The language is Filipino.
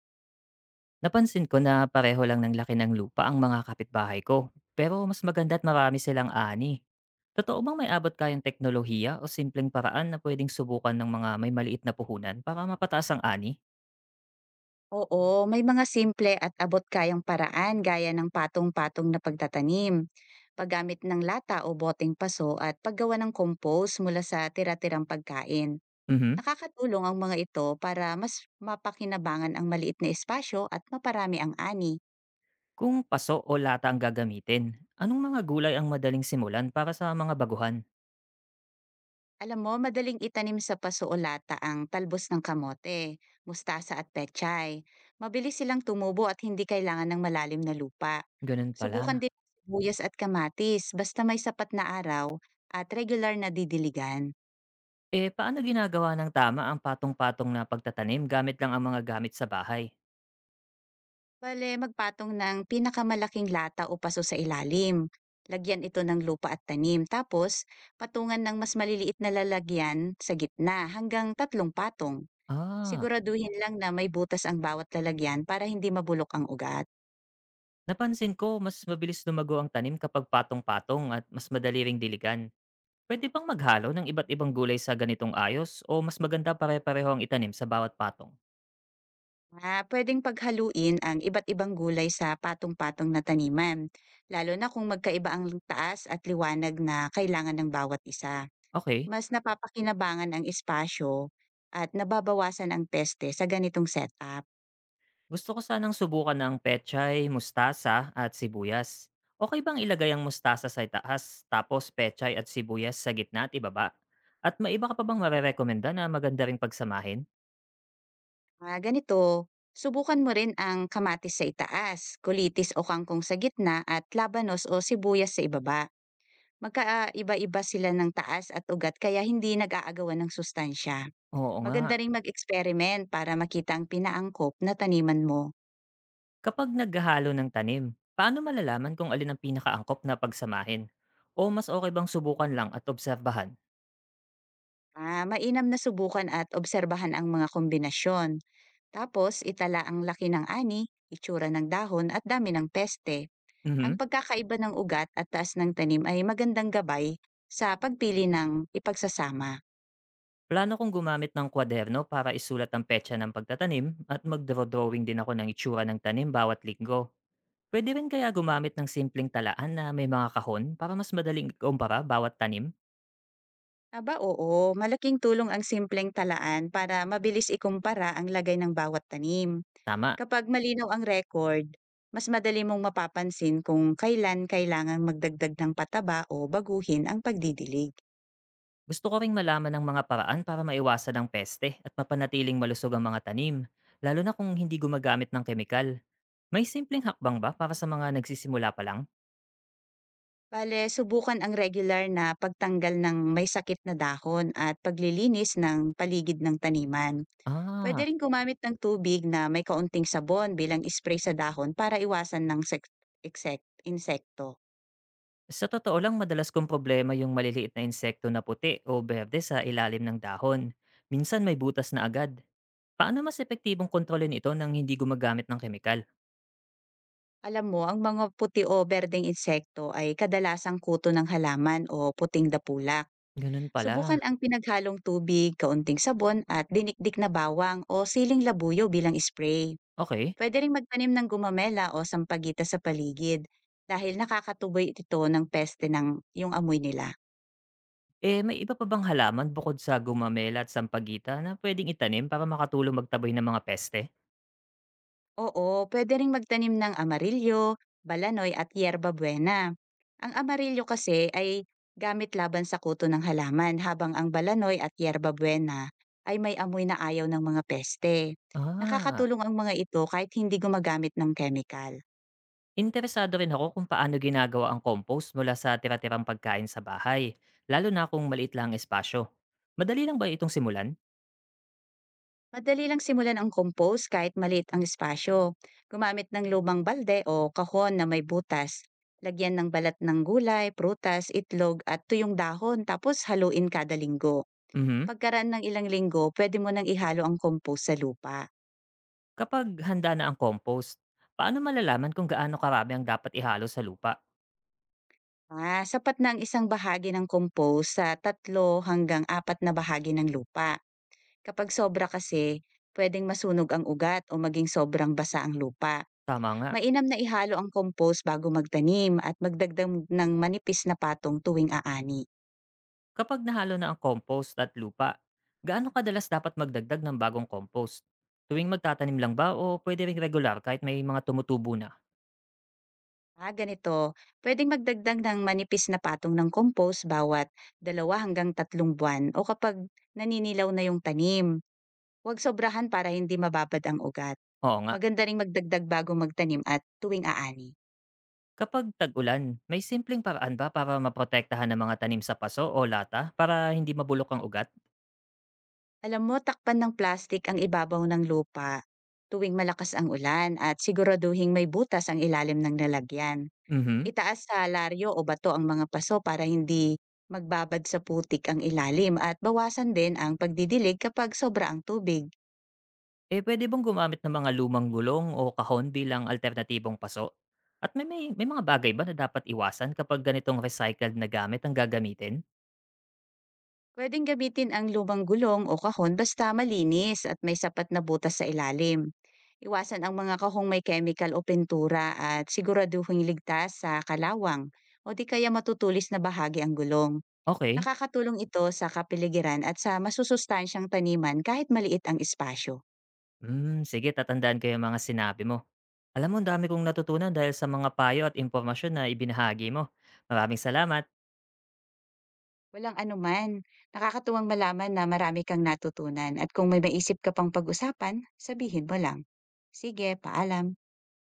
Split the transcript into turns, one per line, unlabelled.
Napansin ko na pareho lang ng laki ng lupa ang mga kapitbahay ko. Pero mas maganda at marami silang ani. Totoo bang may abot kayang teknolohiya o simpleng paraan na pwedeng subukan ng mga may maliit na puhunan para mapataas ang ani?
Oo, may mga simple at abot-kayang paraan gaya ng patong-patong na pagtatanim, paggamit ng lata o boteng paso at paggawa ng compost mula sa tira-tirang pagkain.
Mhm.
Nakakatulong ang mga ito para mas mapakinabangan ang maliit na espasyo at maparami ang ani.
Kung paso o lata ang gagamitin, anong mga gulay ang madaling simulan para sa mga baguhan?
Alam mo, madaling itanim sa paso o lata ang talbos ng kamote, mustasa at pechay. Mabilis silang tumubo at hindi kailangan ng malalim na lupa.
Ganun
Subukan
pala.
din ang sibuyas at kamatis basta may sapat na araw at regular na didiligan.
Eh, paano ginagawa ng tama ang patong-patong na pagtatanim gamit lang ang mga gamit sa bahay?
Bale, magpatong ng pinakamalaking lata o paso sa ilalim. Lagyan ito ng lupa at tanim. Tapos, patungan ng mas maliliit na lalagyan sa gitna hanggang tatlong patong.
Ah,
Siguraduhin lang na may butas ang bawat lalagyan para hindi mabulok ang ugat.
Napansin ko, mas mabilis lumago ang tanim kapag patong-patong at mas madali ring diligan. Pwede bang maghalo ng iba't ibang gulay sa ganitong ayos o mas maganda pare-pareho ang itanim sa bawat patong?
Ah, pwedeng paghaluin ang iba't ibang gulay sa patong-patong na taniman, lalo na kung magkaiba ang taas at liwanag na kailangan ng bawat isa.
Okay,
Mas napapakinabangan ang espasyo at nababawasan ang peste sa ganitong setup.
gusto ko sanang subukan ng pechay, mustasa at sibuyas. Okay bang ilagay ang mustasa sa itaas tapos pechay at sibuyas sa gitna at ibaba? At maiba ka pa bang marerekomenda na maganda ring pagsamahin?
Ah, ganito, subukan mo rin ang kamatis sa itaas, kulitis o kangkong sa gitna at labanos o sibuyas sa ibaba. Magkaiba-iba sila ng taas at ugat kaya hindi nag-aagawan ng sustansya.
Oo nga.
Maganda ring mag experiment para makita ang pinaangkop na taniman mo.
Kapag naghahalo ng tanim, paano malalaman kung alin ang pinakaangkop na pagsamahin? O mas okay bang subukan lang at obserbahan?
Ah, mainam na subukan at obserbahan ang mga kombinasyon. Tapos itala ang laki ng ani, itsura ng dahon at dami ng peste. Ang
Mhm.
pagkakaiba ng ugat at taas ng tanim ay magandang gabay sa pagpili ng ipagsasama.
Plano kong gumamit ng kwaderno para isulat ang petsa ng pagtatanim at magdraw-drawing din ako ng itsura ng tanim bawat linggo. Pwede rin kaya gumamit ng simpleng talaan na may mga kahon para mas madaling kumpara bawat tanim?
Aba oo, malaking tulong ang simpleng talaan para mabilis ikumpara ang lagay ng bawat tanim.
Tama.
Kapag malinaw ang record, mas madali mong mapapansin kung kailan kailangan magdagdag ng pataba o baguhin ang pagdidilig.
Gusto ko ring malaman ng mga paraan para maiwasan ang peste at mapanatiling malusog ang mga tanim, lalo na kung hindi gumagamit ng kemikal. May simpleng hakbang ba para sa mga nagsisimula pa lang?
Bale, subukan ang regular na pagtanggal ng may sakit na dahon at paglilinis ng paligid ng taniman. Pwede
Ah,
rin gumamit ng tubig na may kaunting sabon bilang spray sa dahon para iwasan ng insekto.
sa totoo lang madalas kong problema yung maliliit na insekto na puti o berde sa ilalim ng dahon. Minsan may butas na agad. Paano mas epektibong kontrolin ito nang hindi gumagamit ng kemikal?
Alam mo, ang mga puti o berdeng insekto ay kadalasang kuto ng halaman o puting dapula.
Ganun pala.
Subukan ang pinaghalong tubig, kaunting sabon at dinikdik na bawang o siling labuyo bilang spray.
Okay.
Pwede rin magtanim ng gumamela o sampagita sa paligid dahil nakakatuboy ito ng peste ng yung amoy nila.
Eh, may iba pa bang halaman bukod sa gumamela at sampagita na pwedeng itanim para makatulong magtaboy ng mga peste?
Oo, pwede rin magtanim ng amarilyo, balanoy at yerba buena. Ang amarilyo kasi ay gamit laban sa kuto ng halaman habang ang balanoy at yerba buena ay may amoy na ayaw ng mga peste.
Ah,
Nakakatulong ang mga ito kahit hindi gumagamit ng chemical.
interesado rin ako kung paano ginagawa ang compost mula sa tira-tirang pagkain sa bahay, lalo na kung maliit lang ang espasyo. Madali lang ba itong simulan?
Madali lang simulan ang compost kahit maliit ang espasyo. Gumamit ng lumang balde o kahon na may butas. Lagyan ng balat ng gulay, prutas, itlog at tuyong dahon tapos haluin kada linggo.
Mhm.
Pagkaraan ng ilang linggo, pwede mo nang ihalo ang compost sa lupa.
Kapag handa na ang compost, paano malalaman kung gaano karami ang dapat ihalo sa lupa?
Ah, sapat na ang isang bahagi ng compost sa tatlo hanggang apat na bahagi ng lupa. Kapag sobra kasi, pwedeng masunog ang ugat o maging sobrang basa ang lupa.
Tama nga.
Mainam na ihalo ang compost bago magtanim at magdagdag ng manipis na patong tuwing aani.
Kapag nahalo na ang compost at lupa, gaano kadalas dapat magdagdag ng bagong compost? Tuwing magtatanim lang ba o pwede ring regular kahit may mga tumutubo na?
Ah, ganito, pwedeng magdagdag ng manipis na patong ng compost bawat dalawa hanggang tatlong buwan o kapag naninilaw na yung tanim. Huwag sobrahan para hindi mababad ang ugat.
Oo nga.
Maganda ring magdagdag bago magtanim at tuwing aani.
Kapag tag-ulan, may simpleng paraan ba para maprotektahan ng mga tanim sa paso o lata para hindi mabulok ang ugat?
Alam mo, takpan ng plastic ang ibabaw ng lupa tuwing malakas ang ulan at siguraduhin may butas ang ilalim ng nalagyan.
Mhm.
Itaas salaryo o bato ang mga paso para hindi magbabad sa putik ang ilalim at bawasan din ang pagdidilig kapag sobra ang tubig.
Eh, pwede bang gumamit ng mga lumang gulong o kahon bilang alternatibong paso? At may mga bagay ba na dapat iwasan kapag ganitong recycled na gamit ang gagamitin?
Pwedeng gamitin ang lumang gulong o kahon basta malinis at may sapat na butas sa ilalim. Iwasan ang mga kahong may chemical o pintura at siguraduhing ligtas sa kalawang o di kaya matutulis na bahagi ang gulong.
Okay.
Nakakatulong ito sa kapiligiran at sa masusustansyang taniman kahit maliit ang espasyo.
Hmm, sige, tatandaan ko yung mga sinabi mo. Alam mo, ang dami kong natutunan dahil sa mga payo at impormasyon na ibinahagi mo. Maraming salamat.
Walang anuman. Nakakatuwang malaman na marami kang natutunan at kung may maisip ka pang pag-usapan, sabihin mo lang. Sige, paalam.